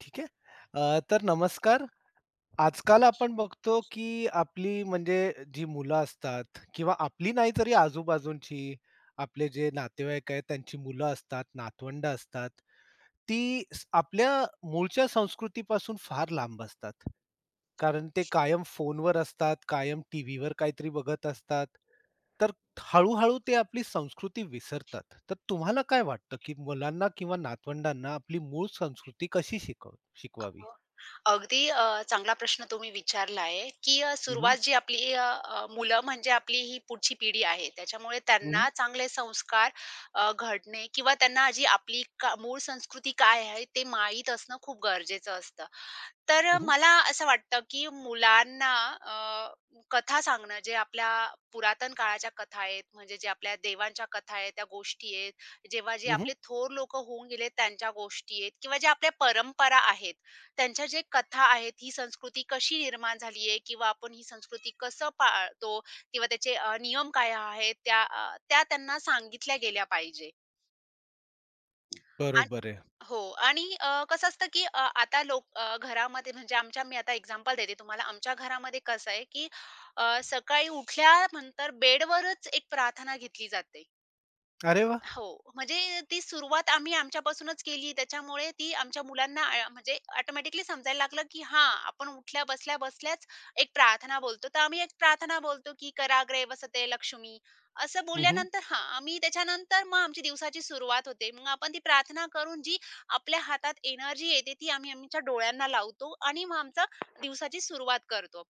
ठीक आहे. तर नमस्कार. आजकाल आपण बघतो की आपली म्हणजे जी मुलं असतात किंवा आपली नाही तरी आजूबाजूंची आपले जे नातेवाईक आहेत त्यांची मुलं असतात, नातवंड असतात. ती आपल्या मूळच्या संस्कृतीपासून फार लांब असतात. कारण ते कायम फोनवर असतात, कायम टीव्हीवर काहीतरी बघत असतात. तर हळू ते आपली संस्कृती विसरतात. तर तुम्हाला काय वाटतं की मुलांना किंवा नातवंडांना आपली मूळ संस्कृती कशी शिकवावी? हो. अगदी चांगला प्रश्न तुम्ही विचारला आहे, की हं, हं. सुरुवात जी आपली अ, अ, मुलं म्हणजे आपली ही पुढची पिढी आहे. त्याच्यामुळे हं, त्यांना चांगले संस्कार घडणे किंवा त्यांना जी आपली मूळ संस्कृती काय आहे ते माहीत असणं खूप गरजेचं असतं. तर मला असं वाटतं, की मुलांना अ, कथा सांगणं जे आपल्या पुरातन काळाच्या कथा आहेत, म्हणजे जे आपल्या देवांच्या कथा आहेत, त्या गोष्टी आहेत, जेव्हा जे हं, आपले थोर लोकं होऊन गेले त्यांच्या गोष्टी आहेत किंवा ज्या आपल्या परंपरा आहेत, त्यांच्या जे कथा आहेत, ही संस्कृती कशी निर्माण झाली आहे किंवा आपण ही संस्कृती कसं पाळतो किंवा त्याचे नियम काय आहेत त्या त्यांना सांगितल्या गेल्या पाहिजे. बरोबर आहे. हो. आणि कसं असतं, की आता लोक घरामध्ये म्हणजे मी आता एक्झाम्पल देते तुम्हाला. आमच्या घरामध्ये कसं आहे, की सकाळी उठल्यानंतर बेडवरच एक प्रार्थना घेतली जाते. अरे वा. हो, म्हणजे ती सुरुवात आम्ही आमच्यापासूनच केली. त्याच्यामुळे ती आमच्या मुलांना म्हणजे ऑटोमॅटिकली समजायला लागलं, की हां, आपण उठल्या बसल्या-बसल्याच एक प्रार्थना बोलतो. तर आम्ही एक प्रार्थना बोलतो, की कराग्रे वसते लक्ष्मी. असं हं, हं. बोलल्यानंतर हां, आम्ही त्याच्यानंतर मग आमची दिवसाची सुरुवात होते. मग आपण ती प्रार्थना करून जी आपल्या हातात एनर्जी येते, ती आम्ही आमच्या डोळ्यांना लावतो आणि मग आमचा दिवसाची सुरुवात करतो.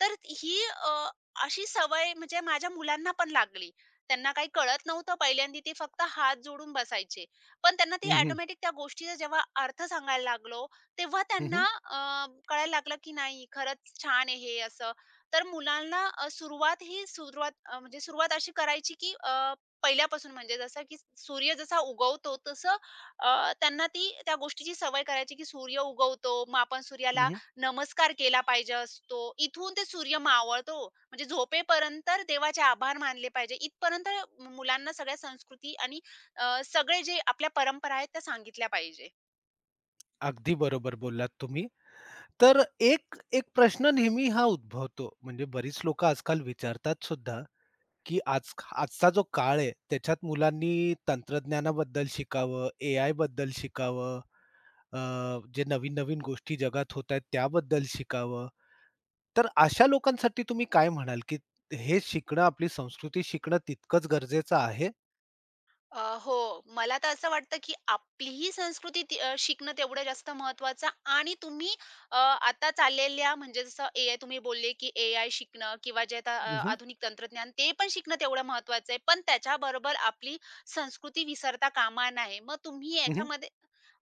तर ही अशी सवय म्हणजे माझ्या मुलांना पण लागली. त्यांना काही कळत नव्हतं पहिल्यांदा ते फक्त हात जोडून बसायचे. पण त्यांना ते हं, हं. ऑटोमॅटिक त्या गोष्टीचा जेव्हा अर्थ सांगायला लागलो, तेव्हा त्यांना कळायला लागलं, की नाही खरंच छान आहे हे असं. तर मुलांना सुरुवात ही सुरुवात म्हणजे सुरुवात अशी करायची, की पहिल्यापासून म्हणजे जसं की सूर्य जसा उगवतो तसं त्यांना ती त्या गोष्टीची सवय करायची, की सूर्य उगवतो, मग आपण सूर्याला नमस्कार केला पाहिजे असतो. इथून ते सूर्य मावळतो म्हणजे झोपेपर्यंत देवाचे आभार मानले पाहिजे. इथपर्यंत मुलांना सगळ्या संस्कृती आणि सगळे जे आपल्या परंपरा आहेत त्या सांगितल्या पाहिजे. अगदी बरोबर बोललात तुम्ही. तर एक एक प्रश्न नेहमी हा उद्भवतो, म्हणजे बरीच लोकं आजकाल विचारतात सुद्धा, की आजचा जो काळ आहे, त्याच्यात मुलांनी तंत्रज्ञानाबद्दल शिकावं, एआयबद्दल शिकावं, अ, जे नवीन-नवीन गोष्टी जगात होत आहेत, त्याबद्दल शिकावं. तर अशा लोकांसाठी तुम्ही काय म्हणाल, की हे शिकणं, आपली संस्कृती शिकणं तितकंच गरजेचं आहे? अ, हो. मला तर असं वाटतं, की आपलीही संस्कृती ती शिकणं तेवढं जास्त महत्त्वाचं आणि तुम्ही अ, आता चाललेल्या म्हणजे जसं एआय तुम्ही बोलले, की एआय शिकणं किंवा जे आता हं, हं. आधुनिक तंत्रज्ञान ते पण शिकणं तेवढं महत्त्वाचं आहे. पण त्याच्याबरोबर आपली संस्कृती विसरता कामा नये. मग तुम्ही हं, याच्यामध्ये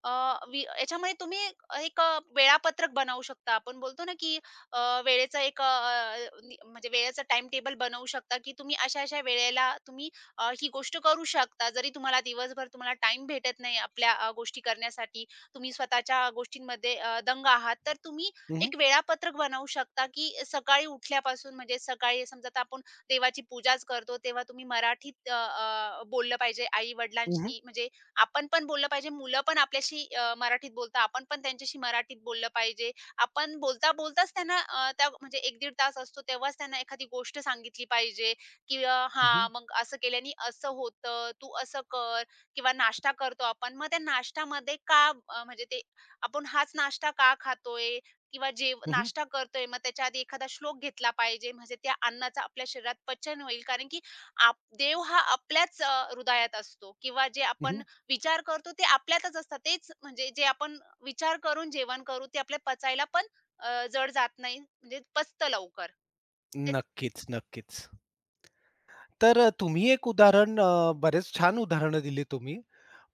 अ, वि याच्यामध्ये तुम्ही एक वेळापत्रक बनवू शकता. आपण बोलतो ना, की अ, वेळेचं एक अ, नि म्हणजे वेळेचं टाईम टेबल बनवू शकता, की तुम्ही अशा-अशा वेळेला तुम्ही ही गोष्ट करू शकता. जरी तुम्हाला दिवसभर तुम्हाला टाइम भेटत नाही आपल्या गोष्टी करण्यासाठी, तुम्ही स्वतःच्या गोष्टींमध्ये दंग आहात, तर तुम्ही एक वेळापत्रक बनवू शकता, की सकाळी उठल्यापासून म्हणजे सकाळी समजा आता आपण देवाची पूजाच करतो, तेव्हा तुम्ही मराठीत अ, अ, बोललं पाहिजे आई-वडिलांशी म्हणजे आपण पण बोललं पाहिजे, मुलं पण आपल्याशी मराठीत बोलतात, आपण पण त्यांच्याशी मराठीत बोललं पाहिजे. आपण बोलता-बोलताच त्यांना त्या म्हणजे 1 दीड तास असतो, तेव्हाच त्यांना एखादी गोष्ट सांगितली पाहिजे. किंवा हं, हां, हं. मग असं केल्याने असं होतं, तू असं कर किंवा नाश्ता करतो आपण. मग त्या नाश्त्यामध्ये का म्हणजे ते आपण हाच नाश्ता का खातोय किंवा जेव हं, नाश्ता करतोय, मग त्याच्या आधी एखादा श्लोक घेतला पाहिजे. म्हणजे त्या अन्नाचं आपल्या शरीरात पचन होईल. कारण की आप देव हा आपल्याच हृदयात असतो किंवा जे आपण विचार करतो ते आपल्यातच असतात. तेच म्हणजे जे आपण विचार करून जेवण करू ते आपल्याला पचायला पण जड जात नाही. म्हणजे पचतं लवकर. तेच नक्कीच, नक्कीच. तर तुम्ही बरेच छान उदाहरणं दिली तुम्ही.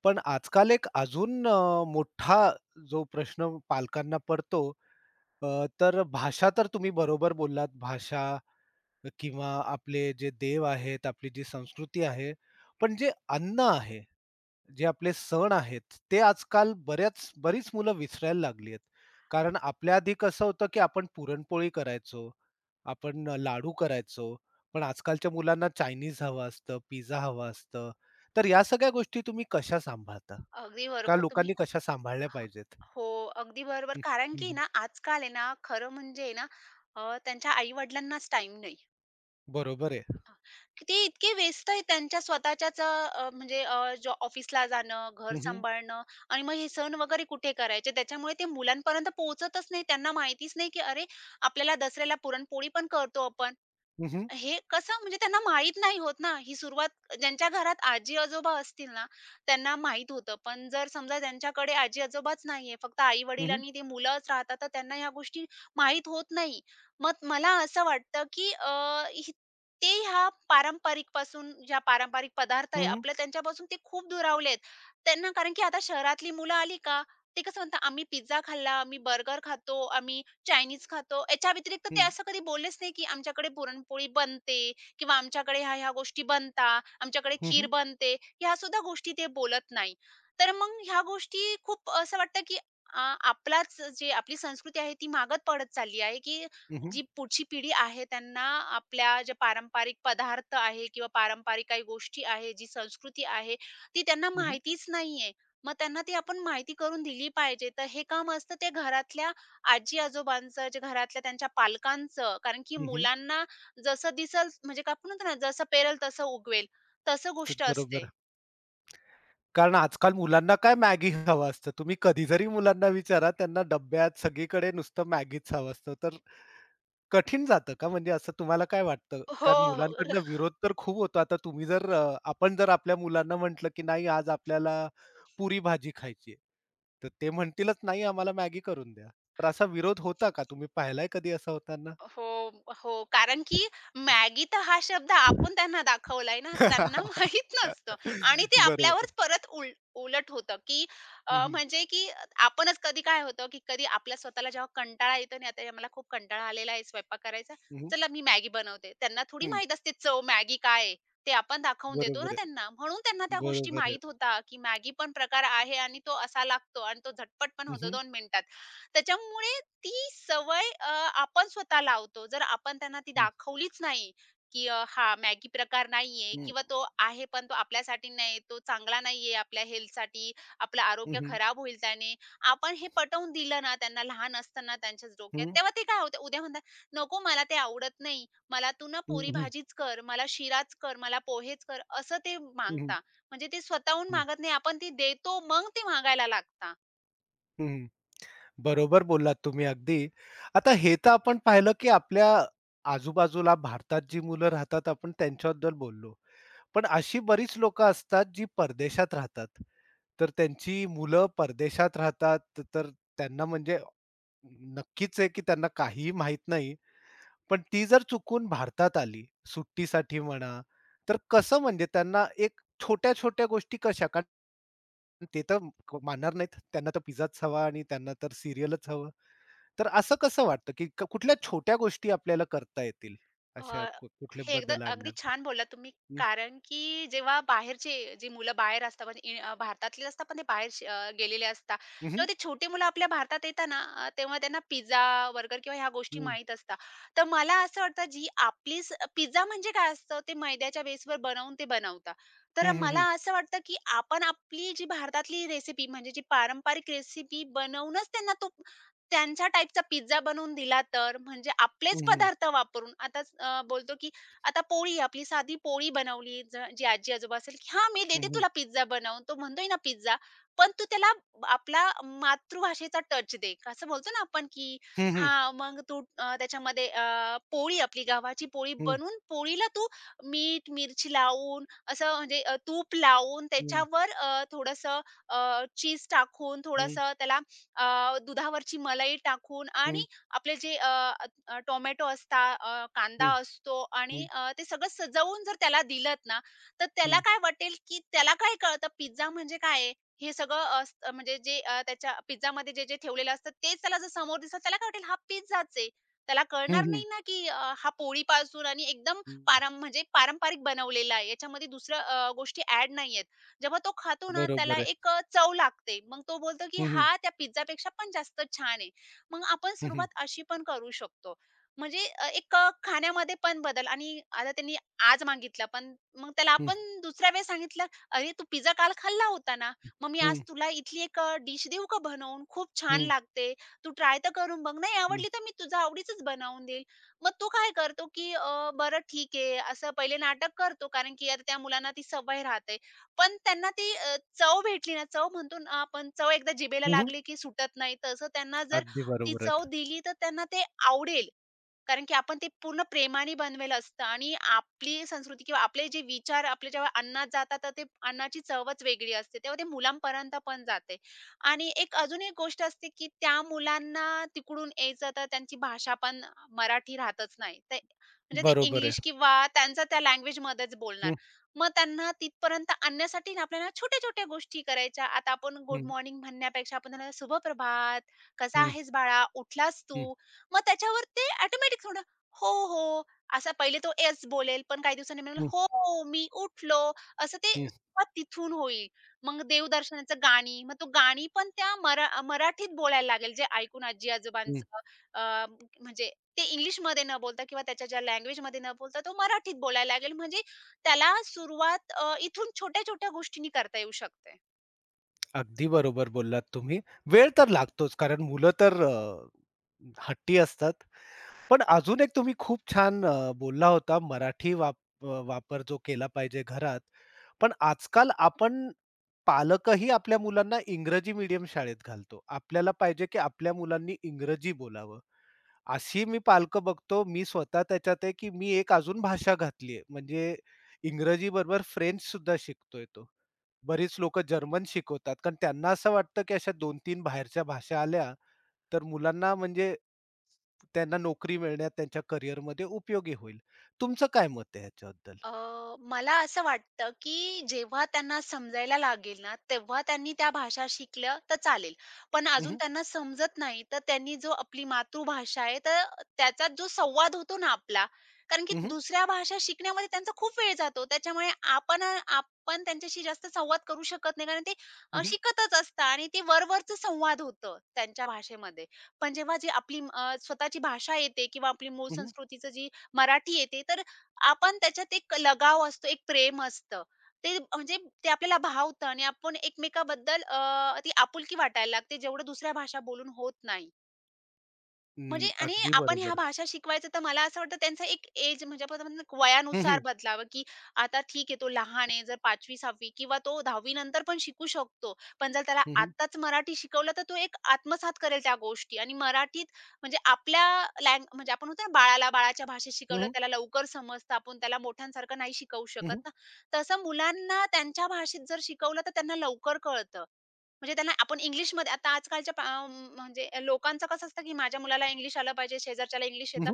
पण आजकाल एक अजून मोठा जो प्रश्न पालकांना पडतो तर भाषा तर तुम्ही बरोबर बोललात. भाषा किंवा आपले जे देव आहेत, आपली जी संस्कृती आहे. पण जे अन्न आहे जे आपले सण आहेत, ते आजकाल बरीच मुलं विसरायला लागली आहेत. कारण आपल्या आधी कसं होतं, की आपण पुरणपोळी करायचो, आपण लाडू करायचो, पण आजकालच्या मुलांना चायनीज हवं असतं, पिझ्झा हवा असतं. तर या सगळ्या गोष्टी तुम्ही कशा सांभाळता? अगदी का बरोबर तुम्ही लोकांनी कशा सांभाळल्या हां. पाहिजेत? हो, अगदी बरोबर. हं, कारण की हं, ना, आजकाल आहे ना, खरं म्हणजे आहे ना, त्यांच्या आई-वडिलांनाच टाईम नाही. बरोबर आहे. हां, की ते इतके व्यस्त आहेत त्यांच्या स्वतःच्याच ऑफिसला जाणं, घर सांभाळणं आणि मग हे सण वगैरे कुठे करायचे. त्याच्यामुळे ते मुलांपर्यंत पोहोचतच नाही. त्यांना माहितीच नाही, की अरे, आपल्याला दसऱ्याला पुरणपोळी पण करतो आपण. हे कसं म्हणजे त्यांना माहीत नाही होत ना, ही सुरुवात ज्यांच्या घरात आजी-आजोबा असतील ना, त्यांना माहीत होतं. पण जर समजा त्यांच्याकडे आजी-आजोबाच नाहीये, फक्त हं, आई-वडील हं. आणि ती मुलंच राहतात, तर त्यांना ह्या गोष्टी माहीत होत नाही. मग मला असं वाटतं, की अ, ही ते ह्या पारंपरिकपासून ज्या पारंपरिक पदार्थ आहे हं, हं. आपल्या त्यांच्यापासून ते खूप दुरावलेत. त्यांना कारण की आता शहरातली मुलं आली का, ते कसं म्हणतात, "आम्ही पिझ्झा खाल्ला, आम्ही बर्गर खातो, आम्ही चायनीज खातो. याच्या व्यतिरिक्त हं, ते हं. असं कधी बोललेच नाही, की आमच्याकडे पुरणपोळी बनते किंवा आमच्याकडे ह्या-ह्या गोष्टी बनतात, आमच्याकडे हं, खीर हं. बनते, ह्यासुद्धा गोष्टी ते बोलत नाही. तर मग ह्या गोष्टी खूप असं वाटतं, की अ, आपलाच जे आपली संस्कृती आहे ती मागं पडत चालली आहे, की हं, हं. जी पुढची पिढी आहे त्यांना आपल्या ज्या पारंपरिक पदार्थ आहे किंवा पारंपरिक काही गोष्टी आहे, जी संस्कृती आहे ती त्यांना माहितीच नाहीये. मग त्यांना ती आपण माहिती करून दिली पाहिजे. तर हे काम असतं ते घरातल्या आजी-आजोबांचं, जे घरातल्या त्यांच्या पालकांचं, कारण की हं, हं. मुलांना जसं दिसेल म्हणजे का आपण म्हणतो ना, जसं पेरल तसं उगवेल, तसं गोष्ट असते. बरोबर. कारण आजकाल मुलांना काय मॅगी हवं असतं. तुम्ही कधी जरी मुलांना विचारा त्यांना डब्यात सगळीकडे नुसतं मॅगीच हवं असतं. तर कठीण जातं का? म्हणजे असं तुम्हाला काय वाटतं? हो, कारण हो. मुलांकडनं विरोध तर खूप होतो. आता आपण जर आपल्या मुलांना म्हटलं, की "नाही आज आपल्याला पुरी भाजी खायची आहे." तर ते म्हणतीलच, "नाही आम्हाला मॅगी करून द्या." तर असा विरोध होता का? तुम्ही पाहिलाय कधी असं होताना? हो, हो. कारण की मॅगी तर हा शब्द आपण त्यांना दाखवलाय ना, त्यांना माहीत नसतं आणि ते बरोबर. आपल्यावरच परत उलट होतं, की हं, हं. म्हणजे की आपणच कधी काय होतं, की कधी आपल्या स्वतःला जेव्हा कंटाळा येतो ना, आता मला खूप कंटाळा आलेला आहे स्वयंपाक करायचा, हं, चला मी मॅगी बनवते. त्यांना थोडी हं. माहीत असते चव मॅगी काय आहे? ते आपण दाखवून देतो ना बरोबर आहे. त्यांना. म्हणून त्यांना त्या गोष्टी बरोबर आहे. माहीत होता, की मॅगी पण प्रकार आहे आणि तो असा लागतो आणि तो झटपट पण होतो हं, 2 मिनिटात. त्याच्यामुळे ती सवय आपण स्वतः लावतो. जर आपण त्यांना ती दाखवलीच नाही, की हा मॅगी प्रकार नाहीये हं. किंवा तो आहे पण तो आपल्यासाठी नाही, तो चांगला नाहीये आपल्या हेल्थसाठी, आपलं हं, आरोग्य हं. खराब होईल त्याने. आपण हे पटवून दिलं ना त्यांना लहान असताना त्यांच्याच डोक्यात, हं. तेव्हा ते काय होतं उद्या म्हणतात, "नको मला ते आवडत नाही. मला तू ना हं, पुरी हं. भाजीच कर, मला शिराच कर, मला पोहेच कर." असं ते हं, मागता. म्हणजे ते स्वतःहून मागत नाही, आपण ती देतो मग ते मागायला लागता. बरोबर बोललात तुम्ही अगदी. आता हे तर आपण पाहिलं, की आपल्या आजूबाजूला भारतात जी मुलं राहतात आपण त्यांच्याबद्दल बोललो. पण अशी बरीच लोकं असतात जी परदेशात राहतात. तर त्यांची मुलं परदेशात राहतात, तर त्यांना म्हणजे नक्कीच आहे, की त्यांना काहीही माहीत नाही. पण ती जर चुकून भारतात आली, सुट्टीसाठी म्हणा, तर कसं म्हणजे त्यांना एक छोट्या-छोट्या गोष्टी कशा कारण ते तर मानणार नाहीत. त्यांना तर पिझ्झाच हवा आणि त्यांना तर सीरियलच हवं. तर असं कसं वाटतं, की कुठल्या छोट्या गोष्टी आपल्याला करता येतील अ, अशा कुठले हे एकदा बदल अगदी आणण्यात? छान बोललात तुम्ही. हं, कारण की जेव्हा बाहेरचे जी मुलं बाहेर असतात म्हणजे भारतातले असतात, पण ते बाहेर गेलेले असतात. हं, तेव्हा हं. ते छोटी मुलं आपल्या भारतात येतात ना, तेव्हा त्यांना पिझ्झा, बर्गर किंवा ह्या गोष्टी हं. माहीत असतात. तर मला असं वाटतं, जी आपली पिझ्झा म्हणजे काय असतं? ते मैद्याच्या बेसवर बनवून ते बनवतात. हं, तर हं, मला हं. असं वाटतं, की आपण आपली जी भारतातली रेसिपी म्हणजे जी पारंपरिक रेसिपी बनवूनच त्यांना तो त्यांच्या टाइपचा पिझ्झा बनवून दिला तर, म्हणजे आपलेच हं, हं. पदार्थ वापरून आता बोलतो की आता पोळी आपली साधी पोळी बनवली जी आजी-आजोबा असेल, की "हां, मी हं, देते हं. तुला पिझ्झा बनवून." तो म्हणतोय ना पिझ्झा, पण तू त्याला आपला मातृभाषेचा टच दे. असं बोलतो ना आपण की हं, हं. हां, मग तू त्याच्यामध्ये पोळी आपली गव्हाची पोळी हं, हं. बनवून पोळीला तू मीठ, मिरची लावून असं म्हणजे तूप लावून हं, हं. त्याच्यावर चीज टाकून थोडंसं त्याला दुधावरची मलाई टाकून हं, आणि आपले जे अ, अ, टोमॅटो असतात, कांदा असतो आणि ते सगळं सजवून जर त्याला दिलत ना, तर त्याला काय वाटेल, की त्याला काय कळतं पिझ्झा म्हणजे काय आहे? हे सगळं असतं म्हणजे जे त्याच्या पिझ्झामध्ये जे-जे ठेवलेलं असतं तेच त्याला जर समोर दिसलं, त्याला काय वाटेल हा पिझ्झाच आहे. त्याला कळणार नाही ना, की हा पोळीपासून आणि एकदम पारंपरिक बनवलेला आहे. याच्यामध्ये दुसऱ्या गोष्टी ॲड नाहीयेत. जेव्हा तो खातो ना त्याला बरोबर आहे. एक चव लागते. मग तो बोलतो, की हा त्या पिझ्झापेक्षा पण जास्त छान आहे. मग आपण हं, हं. सुरुवात अशी पण करू शकतो. म्हणजे एक खाण्यामध्ये पण बदल आणि आता त्यांनी आज मागितला पण मग त्याला हं, आपण दुसऱ्या वेळेस सांगितलं, "अरे तू पिझ्झा काल खाल्ला होता ना, मग मी आज हं. तुला इथली एक डिश देऊ का बनवून? खूप छान हं, हं. लागते. तू ट्राय तर करून बघ. नाही आवडली तर मी तुझ्या आवडीचंच बनवून देईल." मग तो काय करतो, की "बरं ठीक आहे." असं पहिले नाटक करतो कारण की आता त्या मुलांना ती सवय राहते. पण त्यांना ती चव भेटली ना, चव म्हणतो ना आपण, चव एकदा जिभेला हं, हं. लागली की सुटत नाही. तसं त्यांना जर अगदी ती बरोबर चव आहेत. दिली, तर त्यांना ते आवडेल. कारण की आपण ते पूर्ण प्रेमाने बनवेल असतं आणि आपली संस्कृती किंवा आपले जे विचार आपले जेव्हा अन्नात जातात, तर ते अन्नाची चवच वेगळी असते. तेव्हा ते मुलांपर्यंत पण जाते. आणि एक अजून एक गोष्ट असते, की त्या मुलांना तिकडून यायचं, तर त्यांची भाषा पण मराठी राहतच नाही. ते म्हणजे ते बरोबर आहे. इंग्लिश किंवा त्यांचा त्या लँग्वेजमध्येच बोलणार. हं, मग त्यांना तिथपर्यंत आणण्यासाठी ना आपल्याला छोट्या-छोट्या गोष्टी करायच्या. आता आपण गुड हं, मॉर्निंग म्हणण्यापेक्षा आपण त्यांना "शुभप्रभात, कसा हं, आहेस बाळा? उठलास हं, तू?" मग त्याच्यावर ते ऑटोमॅटिक थोडं "हो, हो." असा पहिले तो येस बोलेल, पण काही दिवसांनी म्हणेल, हं, "हो, हो, मी उठलो." असं ते हं, सुरुवात तिथून होईल. मग देवदर्शनाचं गाणी, मग तो गाणी पण त्या मराठीत बोलायला लागेल, जे ऐकून हं. आजी-आजोबांचं अ, म्हणजे ते इंग्लिशमध्ये न बोलता किंवा त्याच्या ज्या लँग्वेजमध्ये न बोलता तो मराठीत बोलायला लागेल. म्हणजे त्याला सुरुवात इथून छोट्या-छोट्या गोष्टींनी करता येऊ शकते. अगदी बरोबर बोललात तुम्ही. वेळ तर लागतोच कारण मुलं तर हट्टी असतात. पण अजून एक तुम्ही खूप छान बोलला होता मराठी अ, वापर जो केला पाहिजे घरात. पण आजकाल आपण पालकही आपल्या मुलांना इंग्रजी मीडियम शाळेत घालतो. आपल्याला पाहिजे की आपल्या मुलांनी इंग्रजी बोलावं. अशी मी पालकं बघतो, मी स्वतः त्याच्यात आहे, की मी एक अजून भाषा घातली आहे. म्हणजे इंग्रजीबरोबर फ्रेंचसुद्धा शिकतोय तो. बरीच लोकं जर्मन शिकवतात, कारण त्यांना असं वाटतं, की अशा 2-3 बाहेरच्या भाषा आल्या, तर मुलांना म्हणजे त्यांना नोकरी मिळण्यात, त्यांच्या करिअरमध्ये उपयोगी होईल. तुमचं काय मत आहे ह्याच्याबद्दल? अ, मला असं वाटतं, की जेव्हा त्यांना समजायला लागेल ना, तेव्हा त्यांनी त्या भाषा शिकल्या तर चालेल. पण हं, अजून हं. त्यांना समजत नाही, तर त्यांनी जो आपली मातृभाषा आहे, तर त्याचा जो संवाद होतो ना आपला, कारण की हं, हं. दुसऱ्या भाषा शिकण्यामध्ये त्यांचा खूप वेळ जातो. त्याच्यामुळे आपण आपण त्यांच्याशी जास्त संवाद करू शकत नाही, कारण ते हं, शिकतच असतात आणि ते वरवरचं संवाद होतं त्यांच्या भाषेमध्ये. पण जेव्हा जी आपली स्वतःची भाषा येते किंवा आपली मूळ संस्कृतीचं जी मराठी येते, तर आपण त्याच्यात एक लगाव असतो, एक प्रेम असतं. ते म्हणजे ते आपल्याला भावतं आणि आपण एकमेकांबद्दल ती आपुलकी वाटायला लागते, जेवढं दुसऱ्या भाषा बोलून होत नाही. म्हणजे आणि अगदी आपण ह्या बरोबर. भाषा शिकवायचं तर मला असं वाटतं त्यांचा एक एज म्हणजे आपण म्हणतो ना हं, वयानुसार हं. बदलावं, की आता ठीक आहे तो लहान आहे, जर 5वी-6वी किंवा तो 10वी नंतर पण शिकू शकतो. पण जर त्याला हं, हं. आताच मराठी शिकवलं तर तो एक आत्मसात करेल त्या गोष्टी आणि मराठीत म्हणजे आपल्या म्हणजे आपण म्हणतो ना बाळाला बाळाच्या भाषेत हं, शिकवलं हं. त्याला लवकर समजतं. आपण त्याला मोठ्यांसारखं नाही शिकवू शकत ना. तसं मुलांना त्यांच्या भाषेत जर शिकवलं तर त्यांना लवकर कळतं. म्हणजे त्यांना आपण इंग्लिशमध्ये आता आजकालच्या म्हणजे लोकांचं कसं असतं, की माझ्या मुलाला इंग्लिश आलं पाहिजे, शेजारच्याला इंग्लिश येतं.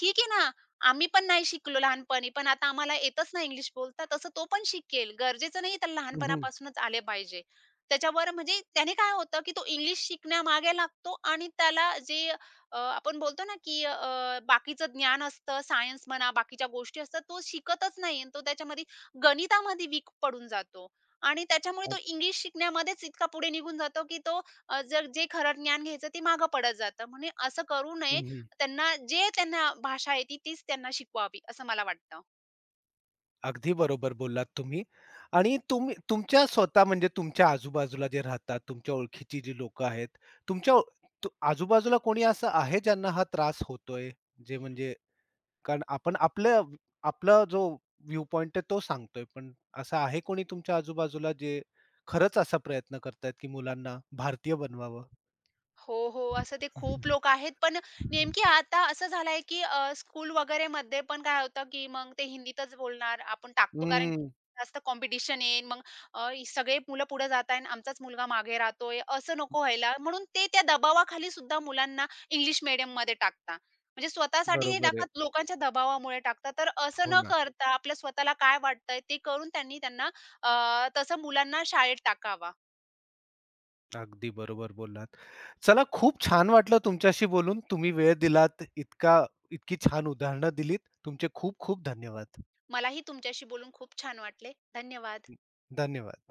ठीक आहे ना, आम्ही पण नाही शिकलो लहानपणी, पण आता आम्हाला येतच नाही इंग्लिश बोलता, तसं तो पण शिकेल. गरजेचं नाही त्याला लहानपणापासूनच आले पाहिजे. त्याच्यावर म्हणजे त्याने काय होतं, की तो इंग्लिश शिकण्यामागे लागतो आणि त्याला जे आपण बोलतो ना, की बाकीचं ज्ञान असतं, सायन्स म्हणा, बाकीच्या गोष्टी असतात, तो शिकतच नाही आणि तो त्याच्यामध्ये गणितामध्ये वीक पडून जातो. आणि त्याच्यामुळे तो अग इंग्लिश शिकण्यामध्येच इतका पुढे निघून जातो, की तो जर जे खरं ज्ञान घ्यायचं ते मागं पडत जातं. म्हणजे असं करू नये. हं, त्यांना जे त्यांना भाषा येते तीच त्यांना शिकवावी असं मला वाटतं. अगदी बरोबर बोललात तुम्ही. आणि तुम्ही तुमच्या स्वतः म्हणजे तुमच्या आजूबाजूला जे राहतात, तुमच्या ओळखीची जी लोकं आहेत, तुमच्या तू आजूबाजूला कोणी असं आहे ज्यांना हा त्रास होतोय? जे म्हणजे कारण आपण आपला जो व्ह्यू पॉइंट आहे तो सांगतोय, पण असं आहे कोणी तुमच्या आजूबाजूला जे खरंच असा प्रयत्न करतायत, की मुलांना भारतीय बनवावं? हो, हो. असं ते खूप हं, लोकं आहेत. पण नेमकी आता असं झालंय, की स्कूल वगैरेमध्ये पण काय होतं, की मग ते हिंदीतच बोलणार. आपण टाकतो कारण की जास्त कॉम्पिटिशन येईल. मग सगळे मुलं पुढे जात आहे आणि आमचाच मुलगा मागे राहतोय. असं नको व्हायला. म्हणून ते त्या दबावाखाली सुद्धा मुलांना इंग्लिश मीडियममध्ये टाकता. म्हणजे स्वतःसाठी नाही बरोबर आहे. टाकत, लोकांच्या दबावामुळे टाकतात. तर असं हो. न करता आपल्या स्वतःला काय वाटतंय ते करून त्यांनी त्यांना अ, तसं मुलांना शाळेत टाकावा. अगदी बरोबर बोललात. चला खूप छान वाटलं तुमच्याशी बोलून. तुम्ही वेळ दिलात. इतकी छान उदाहरणं दिलीत. तुमचे खूप खूप धन्यवाद. मलाही तुमच्याशी बोलून खूप छान वाटले. धन्यवाद. धन्यवाद.